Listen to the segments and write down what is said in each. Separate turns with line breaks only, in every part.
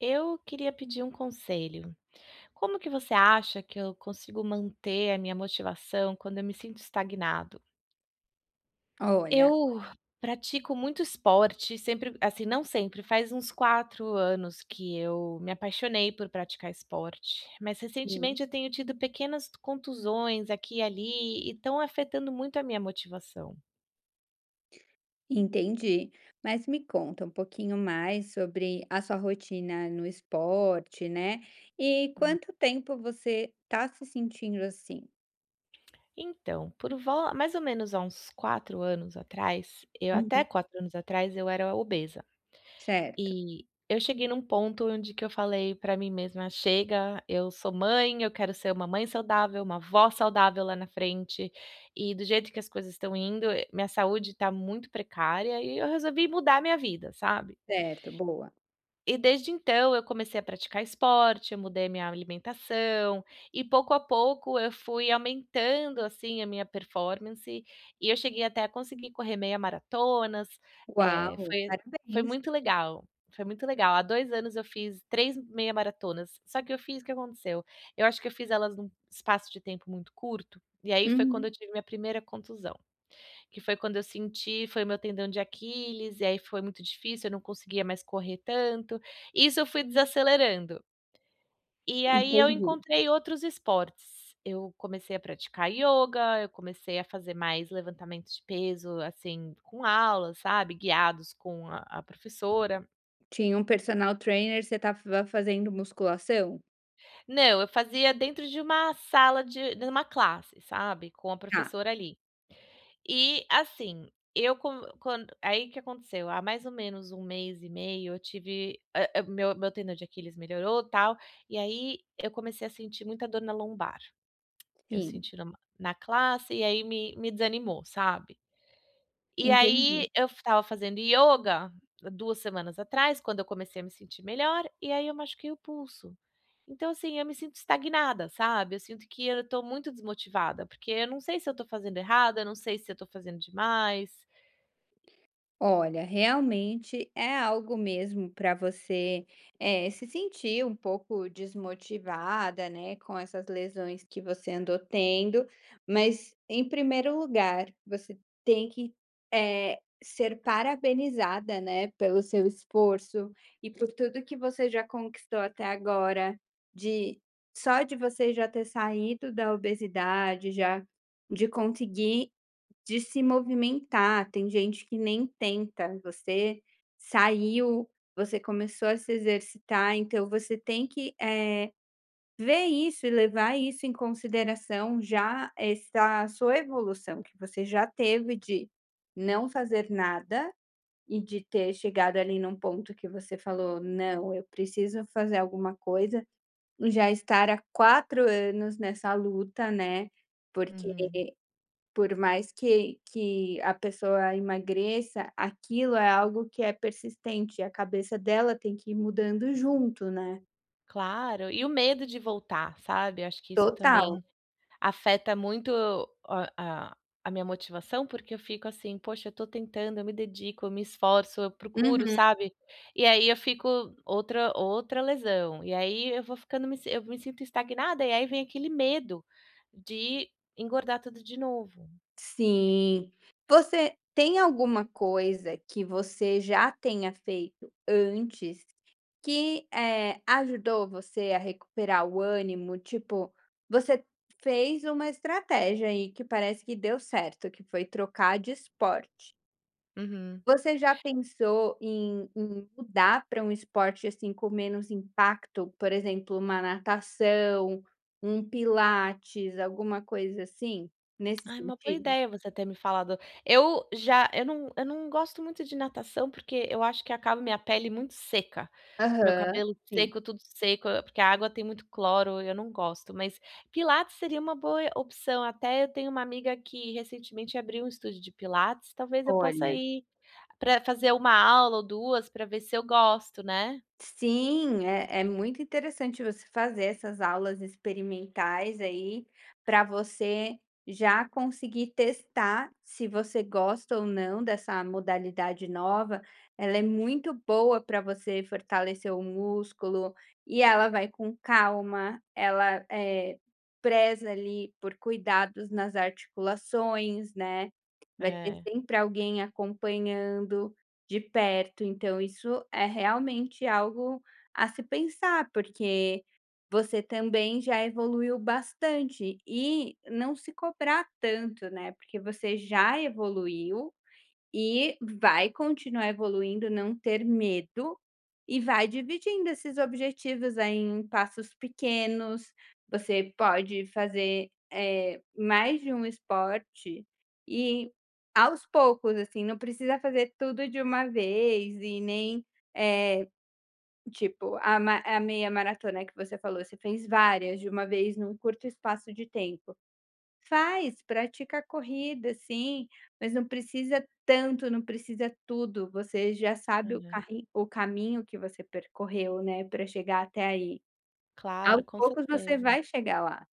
Eu queria pedir um conselho. Como que você acha que eu consigo manter a minha motivação quando eu me sinto estagnado?
Olha.
Eu pratico muito esporte, sempre, assim, não sempre, faz uns 4 anos que eu me apaixonei por praticar esporte, mas
Sim.
recentemente eu tenho tido pequenas contusões aqui e ali e estão afetando muito a minha motivação.
Entendi. Mas me conta um pouquinho mais sobre a sua rotina no esporte, né? E
Hum.
quanto tempo você tá se sentindo assim?
Então, por vol mais ou menos há uns 4 anos atrás, eu até
Uhum.
4 anos atrás eu era obesa.
Certo,
E eu cheguei num ponto onde que eu falei pra mim mesma: "Chega, eu sou mãe, eu quero ser uma mãe saudável, uma vó saudável lá na frente". E do jeito que as coisas estão indo, minha saúde tá muito precária e eu resolvi mudar minha vida, sabe?
certo, boa.
E desde então eu comecei a praticar esporte, eu mudei a minha alimentação e pouco a pouco eu fui aumentando, assim, a minha performance e eu cheguei até a conseguir correr meia maratonas, eh,
Uau,
foi foi
parabéns.
muito legal, foi muito legal. Há 2 anos eu fiz 3 meia maratonas, só que eu fiz o que aconteceu? Eu acho que eu fiz elas num espaço de tempo muito curto, e aí foi quando eu
Uhum,
tive minha primeira contusão. Que foi quando eu senti, foi o meu tendão de Aquiles, e aí foi muito difícil, eu não conseguia mais correr tanto. Isso eu fui desacelerando. E aí eu
entendi.
encontrei outros esportes. Eu comecei a praticar ioga, eu comecei a fazer mais levantamento de peso, assim, com aula, sabe, guiados com a professora.
Tinha um personal trainer, você estava fazendo musculação?
Não, eu fazia dentro de uma sala de uma classe, sabe, com a
Tá,
professora ali. E assim, eu com quando aí que aconteceu, há mais ou menos um mês e meio eu tive meu tendão de Aquiles melhorou, tal, e aí eu comecei a sentir muita dor na lombar. Eu
sim,
senti numa na classe e aí me desanimou, sabe? E aí
entendi.
eu estava fazendo yoga 2 semanas atrás, quando eu comecei a me sentir melhor, e aí eu machuquei o pulso. Então, assim, eu me sinto estagnada, sabe. Eu sinto que eu tô muito desmotivada, porque eu não sei se eu tô fazendo errado, eu não sei se eu tô fazendo demais.
Olha, realmente é algo mesmo para você se sentir um pouco desmotivada, né, com essas lesões que você andou tendo, mas em primeiro lugar, você tem que ser parabenizada, né, pelo seu esforço e por tudo que você já conquistou até agora, de só de você já ter saído da obesidade, já de conseguir de se movimentar. Tem gente que nem tenta, você saiu, você começou a se exercitar, então você tem que, ver isso e levar isso em consideração, já essa sua evolução que você já teve de não fazer nada e de ter chegado ali num ponto que você falou: "Não, eu preciso fazer alguma coisa", já estar há 4 anos nessa luta, né, porque
Uhum.
por mais que a pessoa emagreça, aquilo é algo que é persistente, a cabeça dela tem que ir mudando junto, né.
Claro, e o medo de voltar, sabe. Eu acho que isso também
Total.
afeta muito a a a minha motivação, porque eu fico assim: "Poxa, eu tô tentando, eu me dedico, eu me esforço, eu procuro",
Uhum.
sabe. E aí eu fico outra lesão, e aí eu vou ficando eu me sinto estagnada, e aí vem aquele medo de engordar tudo de novo.
Sim. Você tem alguma coisa que você já tenha feito antes que, ajudou você a recuperar o ânimo? Tipo, você fez uma estratégia aí que parece que deu certo, que foi trocar de esporte.
Uhum.
Você já pensou em mudar para um esporte, assim, com menos impacto? Por exemplo, uma natação, um pilates, alguma coisa assim, nesse
Ai, uma boa
sentido?
ideia você ter me falado. Eu não gosto muito de natação, porque eu acho que acaba minha pele muito seca. Meu
Aham,
cabelo
sim.
seco, tudo seco, porque a água tem muito cloro, eu não gosto, mas pilates seria uma boa opção. Até eu tenho uma amiga que recentemente abriu um estúdio de pilates, talvez eu possa
Olha.
ir para fazer uma aula ou 2 para ver se eu gosto, né.
Sim, é muito interessante você fazer essas aulas experimentais aí para você já conseguir testar se você gosta ou não dessa modalidade nova. Ela é muito boa para você fortalecer o músculo e ela vai com calma, preza ali por cuidados nas articulações, né? Vai ter
É,
sempre alguém acompanhando. De perto, então isso é realmente algo a se pensar, porque você também já evoluiu bastante e não se cobrar tanto, né, porque você já evoluiu e vai continuar evoluindo, não ter medo, e vai dividindo esses objetivos aí em passos pequenos. Você pode fazer, mais de um esporte e, aos poucos, assim, não precisa fazer tudo de uma vez e nem, eh, tipo, a meia maratona que você falou, você fez várias de uma vez num curto espaço de tempo. Faz, pratica a corrida, sim, mas não precisa tanto, não precisa tudo, você já sabe o
aham.
carri o caminho que você percorreu, né, para chegar até aí.
Claro,
Aos
com
poucos você
certeza.
vai chegar lá.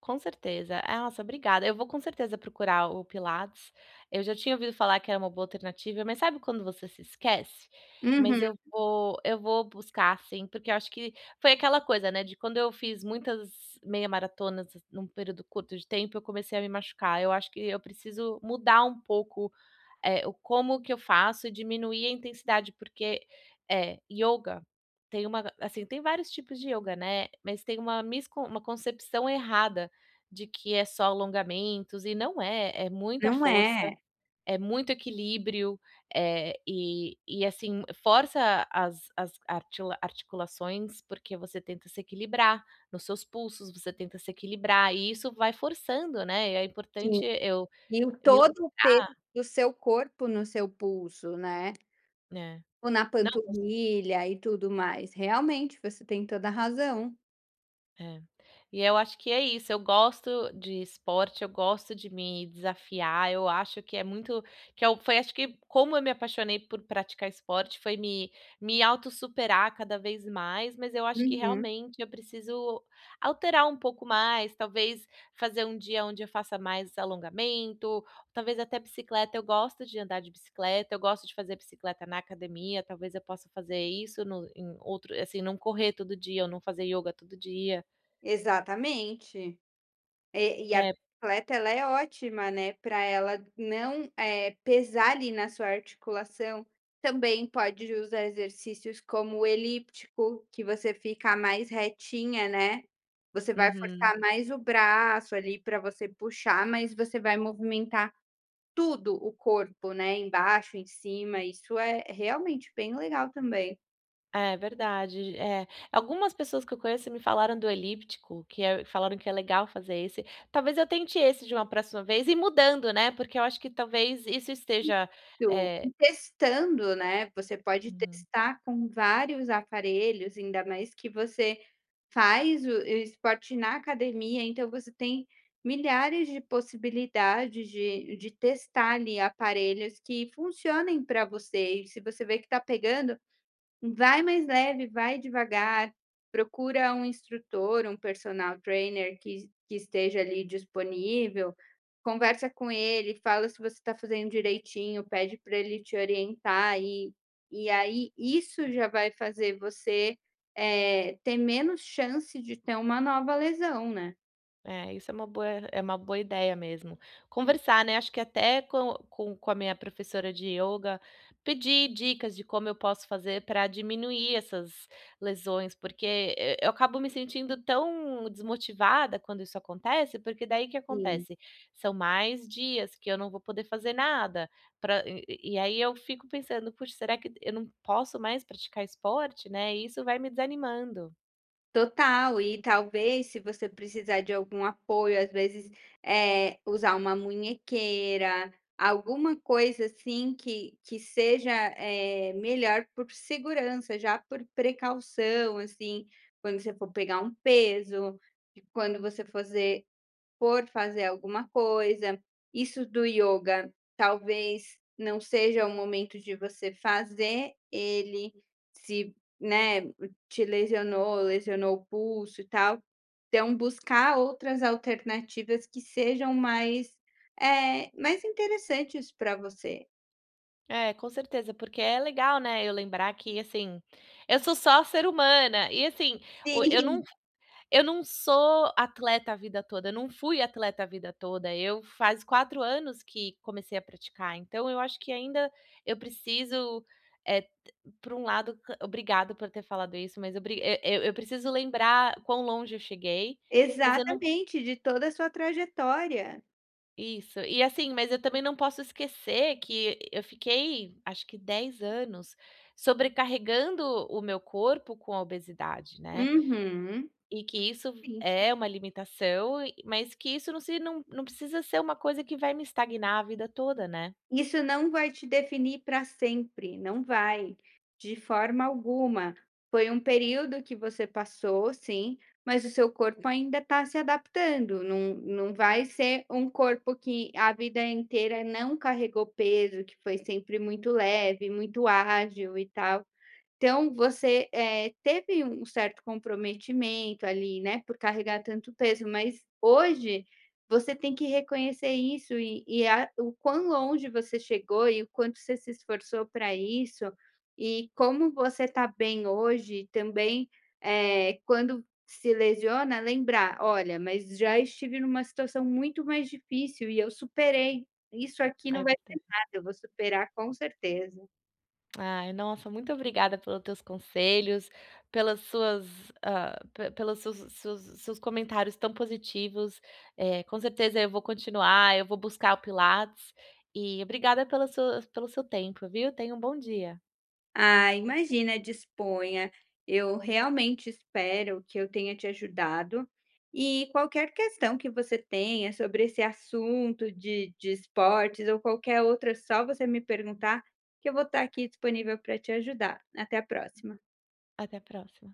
Com certeza. Ah, nossa, obrigada. Eu vou com certeza procurar o Pilates. Eu já tinha ouvido falar que era uma boa alternativa, mas sabe quando você se esquece? Mas
Uhum,
eu vou buscar sim, porque eu acho que foi aquela coisa, né, de quando eu fiz muitas meia maratonas num período curto de tempo, eu comecei a me machucar. Eu acho que eu preciso mudar um pouco o como que eu faço diminuir a intensidade, porque, yoga tem uma assim, tem vários tipos de yoga, né, mas tem uma miscon uma concepção errada de que é só alongamentos e não é, é muita
não
força,
é.
é muito equilíbrio, é e assim, força as artila articulações, porque você tenta se equilibrar nos seus pulsos, você tenta se equilibrar e isso vai forçando, né, é
Sim.
importante eu
E o
me.
todo o peso do seu corpo no seu pulso, né,
É.
ou na
Não.
panturrilha e tudo mais. Realmente, você tem toda a razão.
É. E eu acho que é isso, eu gosto de esporte, eu gosto de me desafiar, eu acho que é muito que eu foi acho que como eu me apaixonei por praticar esporte, foi me autossuperar cada vez mais, mas eu acho que
Uhum,
realmente eu preciso alterar um pouco mais, talvez fazer um dia onde eu faça mais alongamento, talvez até bicicleta, eu gosto de andar de bicicleta, eu gosto de fazer bicicleta na academia, talvez eu possa fazer isso em outro assim, não correr todo dia ou não fazer yoga todo dia.
exatamente. E a
É,
bicicleta ela é ótima, né, para ela não, pesar ali na sua articulação. Também pode usar exercícios como o elíptico, que você fica mais retinha, né. Você vai
uhum.
forçar mais o braço ali para você puxar, mas você vai movimentar tudo o corpo, né, embaixo, em cima, isso é realmente bem legal também.
É verdade, é. Algumas pessoas que eu conheço me falaram do elíptico, que é falaram que é legal fazer esse. Talvez eu tente esse de uma próxima vez e mudando, né, porque eu acho que talvez isso esteja,
Tu
eh
Testando, né, você pode
uhum.
testar com vários aparelhos, ainda mais que você faz o esporte na academia, então você tem milhares de possibilidades de testar ali aparelhos que funcionem para você, e se você vê que está pegando, vai mais leve, vai devagar, procura um instrutor, um personal trainer que esteja ali disponível, conversa com ele, fala se você está fazendo direitinho, pede para ele te orientar e aí isso já vai fazer você, ter menos chance de ter uma nova lesão, né?
É, isso é uma boa ideia mesmo. Conversar, né, acho que até com a minha professora de ioga, pedir dicas de como eu posso fazer para diminuir essas lesões, porque eu acabo me sentindo tão desmotivada quando isso acontece, porque daí o que
Sim.
acontece? São mais dias que eu não vou poder fazer nada, pra e aí eu fico pensando: "Puxa, será que eu não posso mais praticar esporte?", né, e isso vai me desanimando.
Total, e talvez, se você precisar de algum apoio, às vezes, usar uma munhequeira, alguma coisa assim que seja, melhor por segurança, já por precaução, assim, quando você for pegar um peso, e quando você fazer por fazer alguma coisa. Isso do yoga talvez não seja o momento de você fazer ele, se, né, te lesionou o pulso e tal. Então buscar outras alternativas que sejam mais interessantes para você.
É, com certeza, porque é legal, né, eu lembrar que, assim, eu sou só ser humana e, assim, o
Sim.
eu não sou atleta a vida toda, eu não fui atleta a vida toda, eu faz 4 anos que comecei a praticar, então eu acho que ainda eu preciso, é, por um lado, c obrigado por ter falado isso, mas obri eu preciso lembrar quão longe eu cheguei, mas eu não
Exatamente, de toda a sua trajetória.
Isso. E assim, mas eu também não posso esquecer que eu fiquei, acho que 10 anos, sobrecarregando o meu corpo com a obesidade, né.
Uhum.
E que isso
Gente.
é uma limitação, mas que isso não se não não precisa ser uma coisa que vai me estagnar a vida toda, né.
Isso não vai te definir para sempre, não vai, de forma alguma. Foi um período que você passou, sim, mas o seu corpo ainda está se adaptando. Não, não vai ser um corpo que a vida inteira não carregou peso, que foi sempre muito leve, muito ágil e tal. Então você, teve um certo comprometimento ali, né, por carregar tanto peso, mas hoje você tem que reconhecer isso e a o quão longe você chegou e o quanto você se esforçou para isso, e como você está bem hoje também, quando se lesiona, lembrar: "Olha, mas já estive numa situação muito mais difícil e eu superei. Isso aqui não
É.
vai ser nada, eu vou superar com certeza".
Ai, nossa, muito obrigada pelos teus conselhos, pelas suas, pe pelos seus seus seus comentários tão positivos. Com certeza eu vou continuar, eu vou buscar o pilates e obrigada pela sua pelo seu tempo, viu. Tenha um bom dia.
Ah, imagina, disponha. Eu realmente espero que eu tenha te ajudado. E qualquer questão que você tenha sobre esse assunto de esportes ou qualquer outra, é só você me perguntar, que eu vou estar aqui disponível para te ajudar. Até a próxima.
Até a próxima.